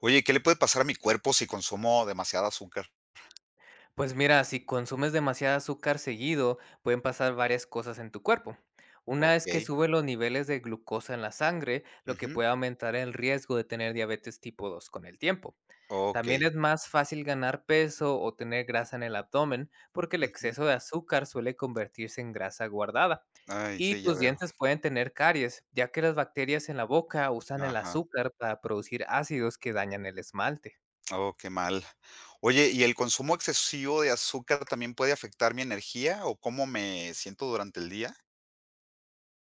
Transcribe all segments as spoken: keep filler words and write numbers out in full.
Oye, ¿qué le puede pasar a mi cuerpo si consumo demasiada azúcar? Pues mira, si consumes demasiado azúcar seguido, pueden pasar varias cosas en tu cuerpo. Una es que Okey. sube los niveles de glucosa en la sangre, lo que Ujú. puede aumentar el riesgo de tener diabetes tipo dos con el tiempo. También Okey. es más fácil ganar peso o tener grasa en el abdomen, porque el Ujú. exceso de azúcar suele convertirse en grasa guardada. Ay, Y sí, ya tus veo. dientes pueden tener caries, ya que las bacterias en la boca usan el Ajá. azúcar para producir ácidos que dañan el esmalte. Oh, qué mal. Oye, ¿y el consumo excesivo de azúcar también puede afectar mi energía o cómo me siento durante el día?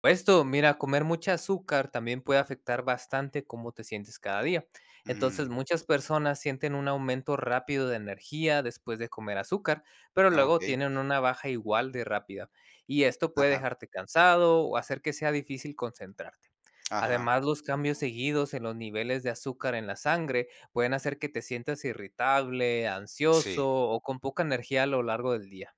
Esto, mira, comer mucha azúcar también puede afectar bastante cómo te sientes cada día. Entonces, Mm, muchas personas sienten un aumento rápido de energía después de comer azúcar, pero luego okey. tienen una baja igual de rápida. Y esto puede Ajá, dejarte cansado o hacer que sea difícil concentrarte. ajá. Además, los cambios seguidos en los niveles de azúcar en la sangre pueden hacer que te sientas irritable, ansioso Sí, o con poca energía a lo largo del día.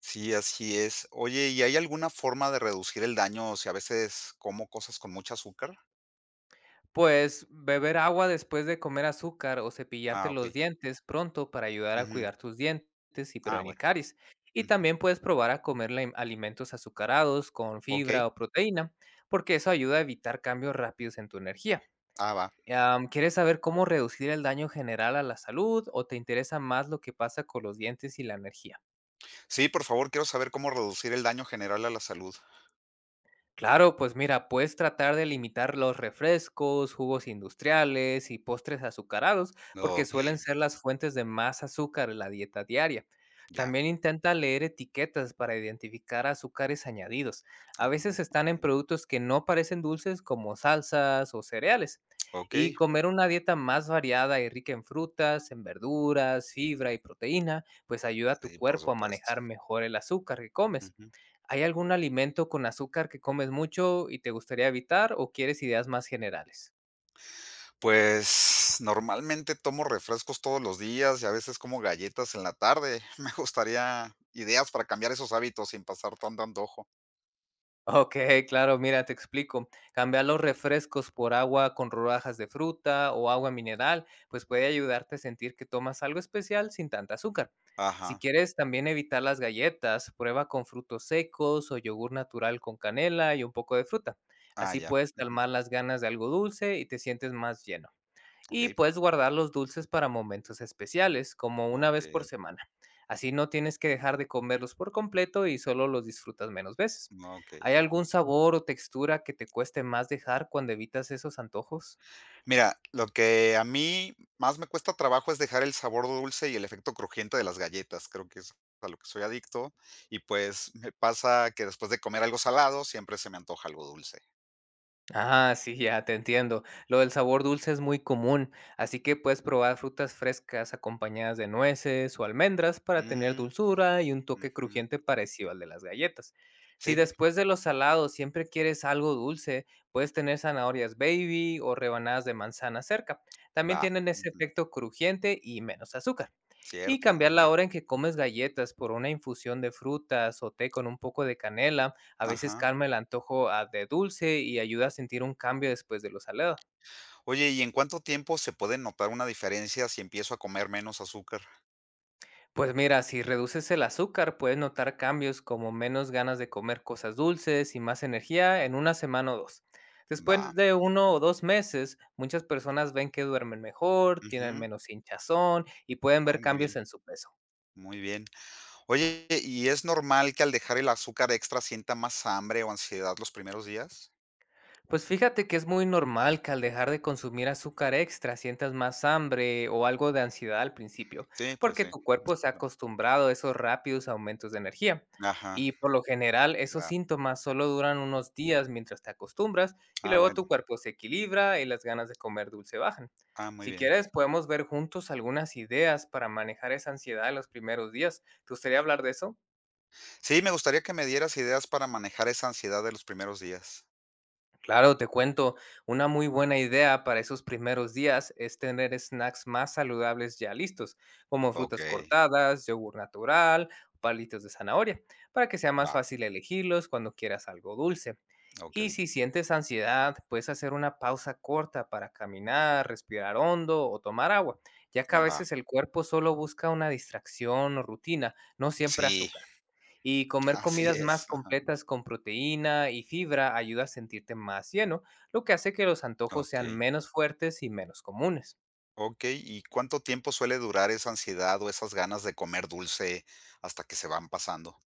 sí, así es. Oye, ¿y hay alguna forma de reducir el daño si a veces como cosas con mucho azúcar? Pues beber agua después de comer azúcar o cepillarte Ah, los okey. dientes pronto para ayudar a Ujú. cuidar tus dientes y Ah, prevenir bueno. caries. Y Ujú. también puedes probar a comer la- alimentos azucarados con fibra Okey. o proteína, porque eso ayuda a evitar cambios rápidos en tu energía. Ah, va. Am, ¿Quieres saber cómo reducir el daño general a la salud o te interesa más lo que pasa con los dientes y la energía? Sí, por favor, quiero saber cómo reducir el daño general a la salud. Claro, pues mira, puedes tratar de limitar los refrescos, jugos industriales y postres azucarados, porque suelen Okey, ser las fuentes de más azúcar en la dieta diaria. ya. También intenta leer etiquetas para identificar azúcares añadidos. A Ajá, veces están en okey. productos que no parecen dulces como salsas o cereales. Y Okey, comer una dieta am, más variada y rica en frutas, en verduras, fibra y proteína, pues ayuda a tu sí, por cuerpo a supuesto. manejar mejor el azúcar que comes. Ujú. ¿Hay algún alimento con azúcar que comes mucho y te gustaría evitar o quieres ideas más generales? Pues, normalmente tomo refrescos todos los días y a veces como galletas en la tarde. Me gustaría ideas para cambiar esos hábitos sin pasar tanto antojo. Ok, claro, mira, te explico. Cambiar los refrescos por agua con rodajas de fruta o agua mineral, pues puede ayudarte a sentir que tomas algo especial sin tanta azúcar. Si Ajá. quieres también evitar las galletas, prueba con frutos secos o yogur natural con canela y un poco de fruta. Ah, Así ya. puedes Ujú. calmar las ganas de algo dulce y te sientes más lleno. Y Okey, puedes guardar los dulces para momentos especiales, como una vez por okey, semana. Así no tienes que dejar de comerlos por completo y solo los disfrutas menos veces. okey. ¿Hay algún sabor o textura que te cueste más dejar cuando evitas esos antojos? Mira, lo que a mí más me cuesta trabajo es dejar el sabor dulce y el efecto crujiente de las galletas. Creo que es a lo que soy adicto y, pues, me pasa que después de comer algo salado siempre se me antoja algo dulce. Ah, sí, ya te entiendo. Lo del sabor dulce es muy común, así que puedes probar frutas frescas acompañadas de nueces o almendras para tener Mm, dulzura y un toque ujú. crujiente parecido al de las galletas. Si Sí, después de los salados siempre quieres algo dulce, puedes tener zanahorias baby o rebanadas de manzana cerca. También va. tienen ese Ujú. efecto crujiente y menos azúcar. Y Cierto, cambiar la ajá. hora en que comes galletas por una infusión de frutas o té con un poco de canela a veces Ajá. calma el antojo ah, de dulce y ayuda a sentir un cambio después de lo salado. Oye, ¿y en cuánto tiempo se puede notar una diferencia si empiezo a comer menos azúcar? Pues mira, si reduces el azúcar, puedes notar cambios como menos ganas de comer cosas dulces y más energía en una semana o dos. Va. Después de uno o dos meses, muchas personas ven que duermen mejor, tienen Ujú. menos hinchazón y pueden Oh, ver muy cambios bien, en su peso. muy bien. Oye, ¿y es normal que al dejar el azúcar extra sienta más hambre o ansiedad los primeros días? Pues fíjate que es muy normal que al dejar de consumir azúcar extra sientas más hambre o algo de ansiedad al principio, Sí, pues porque sí. tu cuerpo se ha acostumbrado a esos rápidos aumentos de energía. Ajá, Y por lo general esos ya. síntomas solo duran unos días mientras te acostumbras y Ah, luego tu bueno. cuerpo se equilibra y las ganas de comer dulce bajan. Ah, muy Si bien. quieres podemos ver juntos algunas ideas para manejar esa ansiedad en los primeros días. ¿Te gustaría hablar de eso? Sí, me gustaría que me dieras ideas para manejar esa ansiedad de los primeros días. Claro, te cuento, una muy buena idea para esos primeros días es tener snacks más saludables ya listos, como frutas Okey, cortadas, yogur natural, palitos de zanahoria, para que sea más va, fácil elegirlos cuando quieras algo dulce. Y okey, si sientes ansiedad, puedes hacer una pausa corta para caminar, respirar hondo o tomar agua, ya que a va. veces el cuerpo solo busca una distracción o rutina, no siempre Sí, azúcar. Y comer así comidas más es, ajá. completas con proteína y fibra ayuda a sentirte más lleno, lo que hace que los antojos sean Okey, menos fuertes y menos comunes. okey, ¿y cuánto tiempo suele durar esa ansiedad o esas ganas de comer dulce hasta que se van pasando?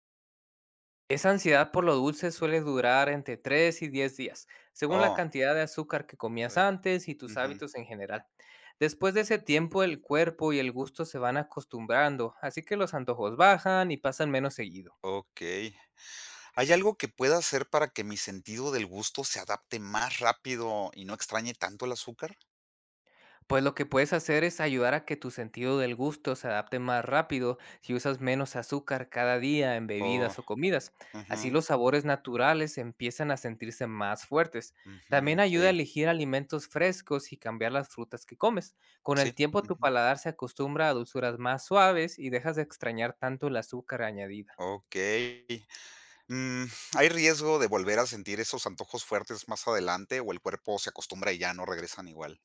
Esa ansiedad por lo dulce suele durar entre tres y diez días, según la Oh, cantidad de azúcar que comías ay, antes y tus ujú, hábitos en general. Después de ese tiempo el cuerpo y el gusto se van acostumbrando, así que los antojos bajan y pasan menos seguido. okey. ¿Hay algo que pueda hacer para que mi sentido del gusto se adapte más rápido y no extrañe tanto el azúcar? Pues lo que puedes hacer es ayudar a que tu sentido del gusto se adapte más rápido si usas menos azúcar cada día en Oh, bebidas o comidas. Así ujú. los sabores naturales empiezan a sentirse más fuertes. Ujú, También ayuda a sí, elegir alimentos frescos y cambiar las frutas que comes. Con el sí, tiempo tu ujú, paladar se acostumbra a dulzuras más suaves y dejas de extrañar tanto el azúcar añadido. okey. Mm, ¿Hay riesgo de volver a sentir esos antojos fuertes más adelante, o el cuerpo se acostumbra y ya no regresan igual?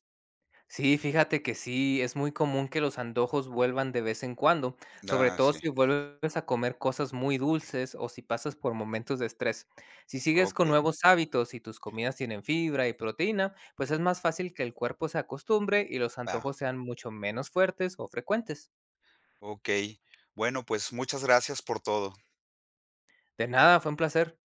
Sí, fíjate que sí, es muy común que los antojos vuelvan de vez en cuando, sobre Ah, todo sí, si vuelves a comer cosas muy dulces o si pasas por momentos de estrés. Si sigues con okey, nuevos hábitos y tus comidas tienen fibra y proteína, pues es más fácil que el cuerpo se acostumbre y los ah, antojos sean mucho menos fuertes o frecuentes. okey. Bueno, pues, muchas gracias por todo. De nada, fue un placer.